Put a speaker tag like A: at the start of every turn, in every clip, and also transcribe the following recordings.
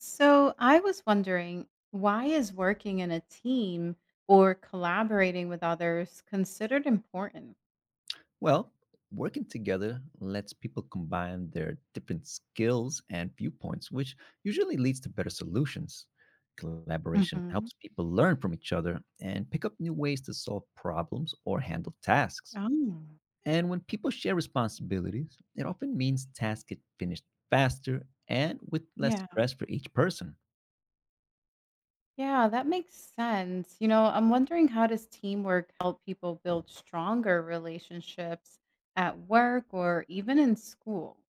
A: So I was wondering, why is working in a team or collaborating with others considered important?
B: Well, working together lets people combine their different skills and viewpoints, which usually leads to better solutions. Collaboration
A: hmm
B: helps people learn from each other and pick up new ways to solve problems or handle tasks.
A: Oh,
B: And when people share responsibilities, it often means tasks get finished faster and with less
A: yeah.
B: stress for each person.
A: Yeah, that makes sense. You know, I'm wondering how does teamwork help people build stronger relationships at work or even in school?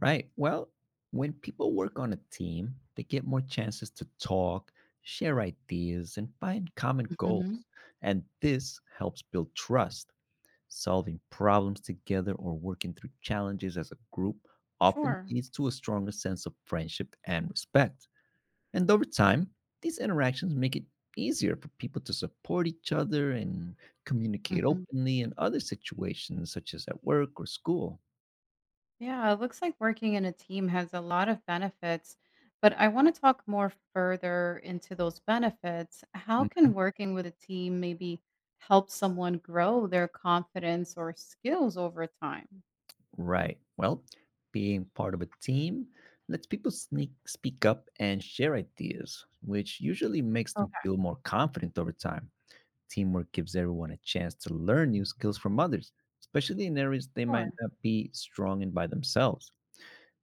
B: Right. Well, when people work on a team, they get more chances to talk, share ideas, and find common
A: hmm
B: goals. And this helps build trust. Solving problems together or working through challenges as a group often
A: Sure.
B: leads to a stronger sense of friendship and respect. And over time, these interactions make it easier for people to support each other and communicate openly in other situations, such as at work or school.
A: Yeah, it looks like working in a team has a lot of benefits, but I want to talk more further into those benefits. How can working with a team maybe help someone grow their confidence or skills over time?
B: Right. Well, being part of a team lets people sneak, speak up and share ideas, which usually makes them
A: Okay.
B: feel more confident over time. Teamwork gives everyone a chance to learn new skills from others, especially in areas they might
A: Sure.
B: not be strong in by themselves,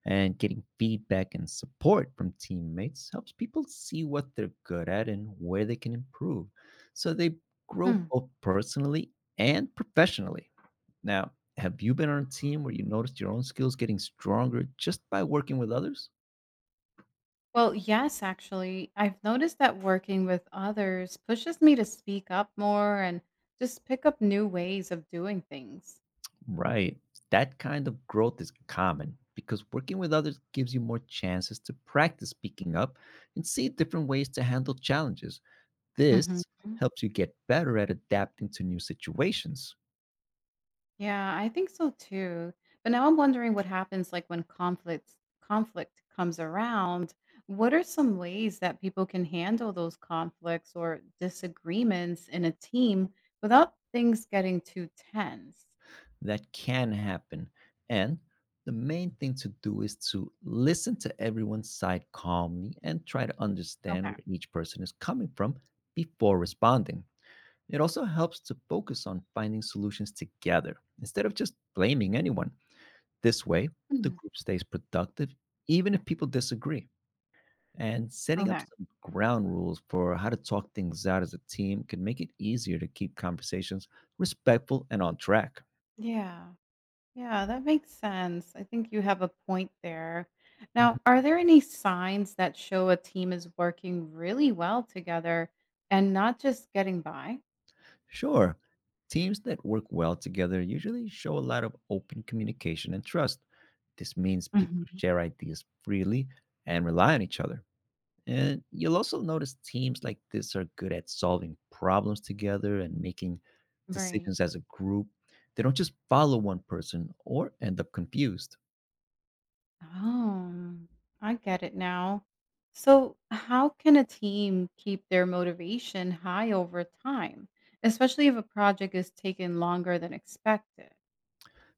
B: and getting feedback and support from teammates helps people see what they're good at and where they can improve so they grow
A: Hmm.
B: both personally and professionally. Now, have you been on a team where you noticed your own skills getting stronger just by working with others?
A: Well, yes, actually, I've noticed that working with others pushes me to speak up more and just pick up new ways of doing things.
B: Right. That kind of growth is common because working with others gives you more chances to practice speaking up and see different ways to handle challenges.
A: Mhm.
B: This helps you get better at adapting to new situations.
A: Yeah, I think so too. But now I'm wondering what happens when conflict comes around. What are some ways that people can handle those conflicts or disagreements in a team without things getting too tense?
B: That can happen. And the main thing to do is to listen to everyone's side calmly and try to understand
A: Okay.
B: where each person is coming from before responding. It also helps to focus on finding solutions together instead of just blaming anyone. This way, the
A: Mhm.
B: group stays productive even if people disagree. And setting up
A: Okay.
B: some ground rules for how to talk things out as a team can make it easier to keep conversations respectful and on track.
A: Yeah. Yeah, that makes sense. I think you have a point there. Now, are there any signs that show a team is working really well together and not just getting by?
B: Sure. Teams that work well together usually show a lot of open communication and trust. This means people
A: Mhm.
B: share ideas freely and rely on each other. And you'll also notice teams like this are good at solving problems together and making
A: Right.
B: decisions as a group. They don't just follow one person or end up confused.
A: Oh, I get it now. So, how can a team keep their motivation high over time, especially if a project is taking longer than expected?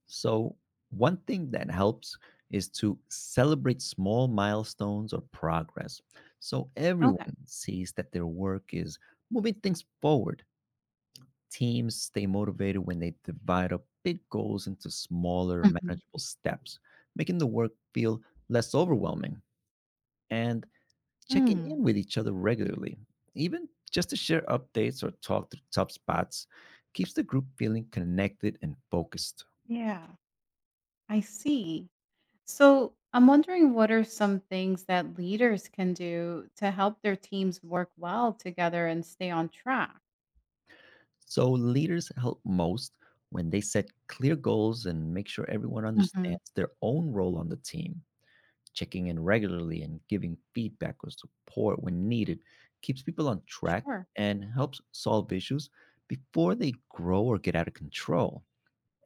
B: So, one thing that helps is to celebrate small milestones or progress so
A: Okay.
B: everyone sees that their work is moving things forward. Teams stay motivated when they divide up big goals into smaller,
A: Mhm.
B: manageable steps, making the work feel less overwhelming. And checking
A: Mm,
B: in with each other regularly, even just to share updates or talk through tough spots, keeps the group feeling connected and focused.
A: yeah, I see. So, I'm wondering what are some things that leaders can do to help their teams work well together and stay on track?
B: So leaders help most when they set clear goals and make sure everyone
A: Mhm.
B: understands their own role on the team. Checking in regularly and giving feedback or support when needed keeps people on track
A: Sure.
B: and helps solve issues before they grow or get out of control.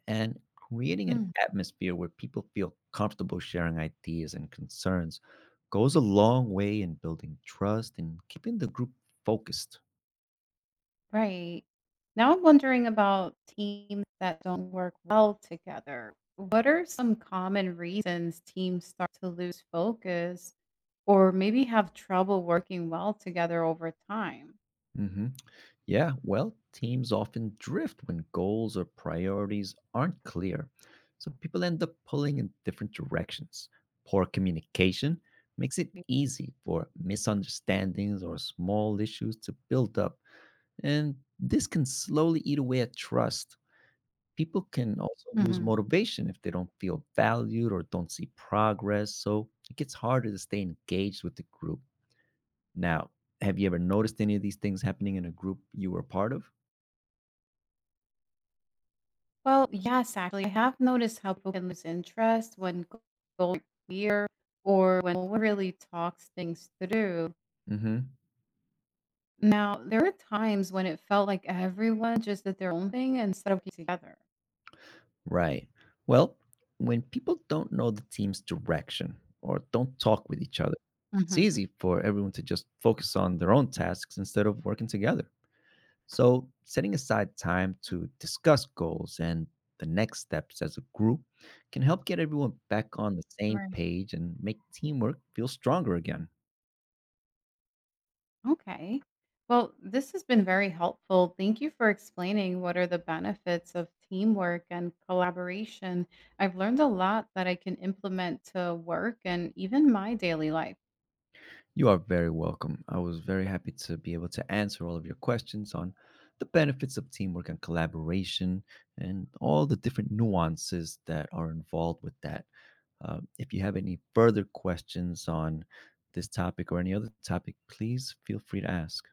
B: And creating an
A: Mm.
B: atmosphere where people feel comfortable sharing ideas and concerns goes a long way in building trust and keeping the group focused.
A: Right. Now I'm wondering about teams that don't work well together. What are some common reasons teams start to lose focus or maybe have trouble working well together over time?
B: Mhm. Yeah, well, teams often drift when goals or priorities aren't clear, so people end up pulling in different directions. Poor communication makes it easy for misunderstandings or small issues to build up, and this can slowly eat away at trust. People can also lose
A: Mhm.
B: motivation if they don't feel valued or don't see progress, so it gets harder to stay engaged with the group. Now, have you ever noticed any of these things happening in a group you were part of?
A: Well, yes, actually, I have noticed how people can lose interest when goals are clear or when no one really talks things through.
B: Mm hmm.
A: Now, there are times when it felt like everyone just did their own thing instead of getting together.
B: Right. Well, when people don't know the team's direction or don't talk with each other, it's
A: Mhm.
B: easy for everyone to just focus on their own tasks instead of working together. So, setting aside time to discuss goals and the next steps as a group can help get everyone back on the same
A: Right.
B: page and make teamwork feel stronger again.
A: Okay. Well, this has been very helpful. Thank you for explaining what are the benefits of teamwork and collaboration. I've learned a lot that I can implement to work and even my daily life.
B: You are very welcome. I was very happy to be able to answer all of your questions on the benefits of teamwork and collaboration and all the different nuances that are involved with that. If you have any further questions on this topic or any other topic, please feel free to ask.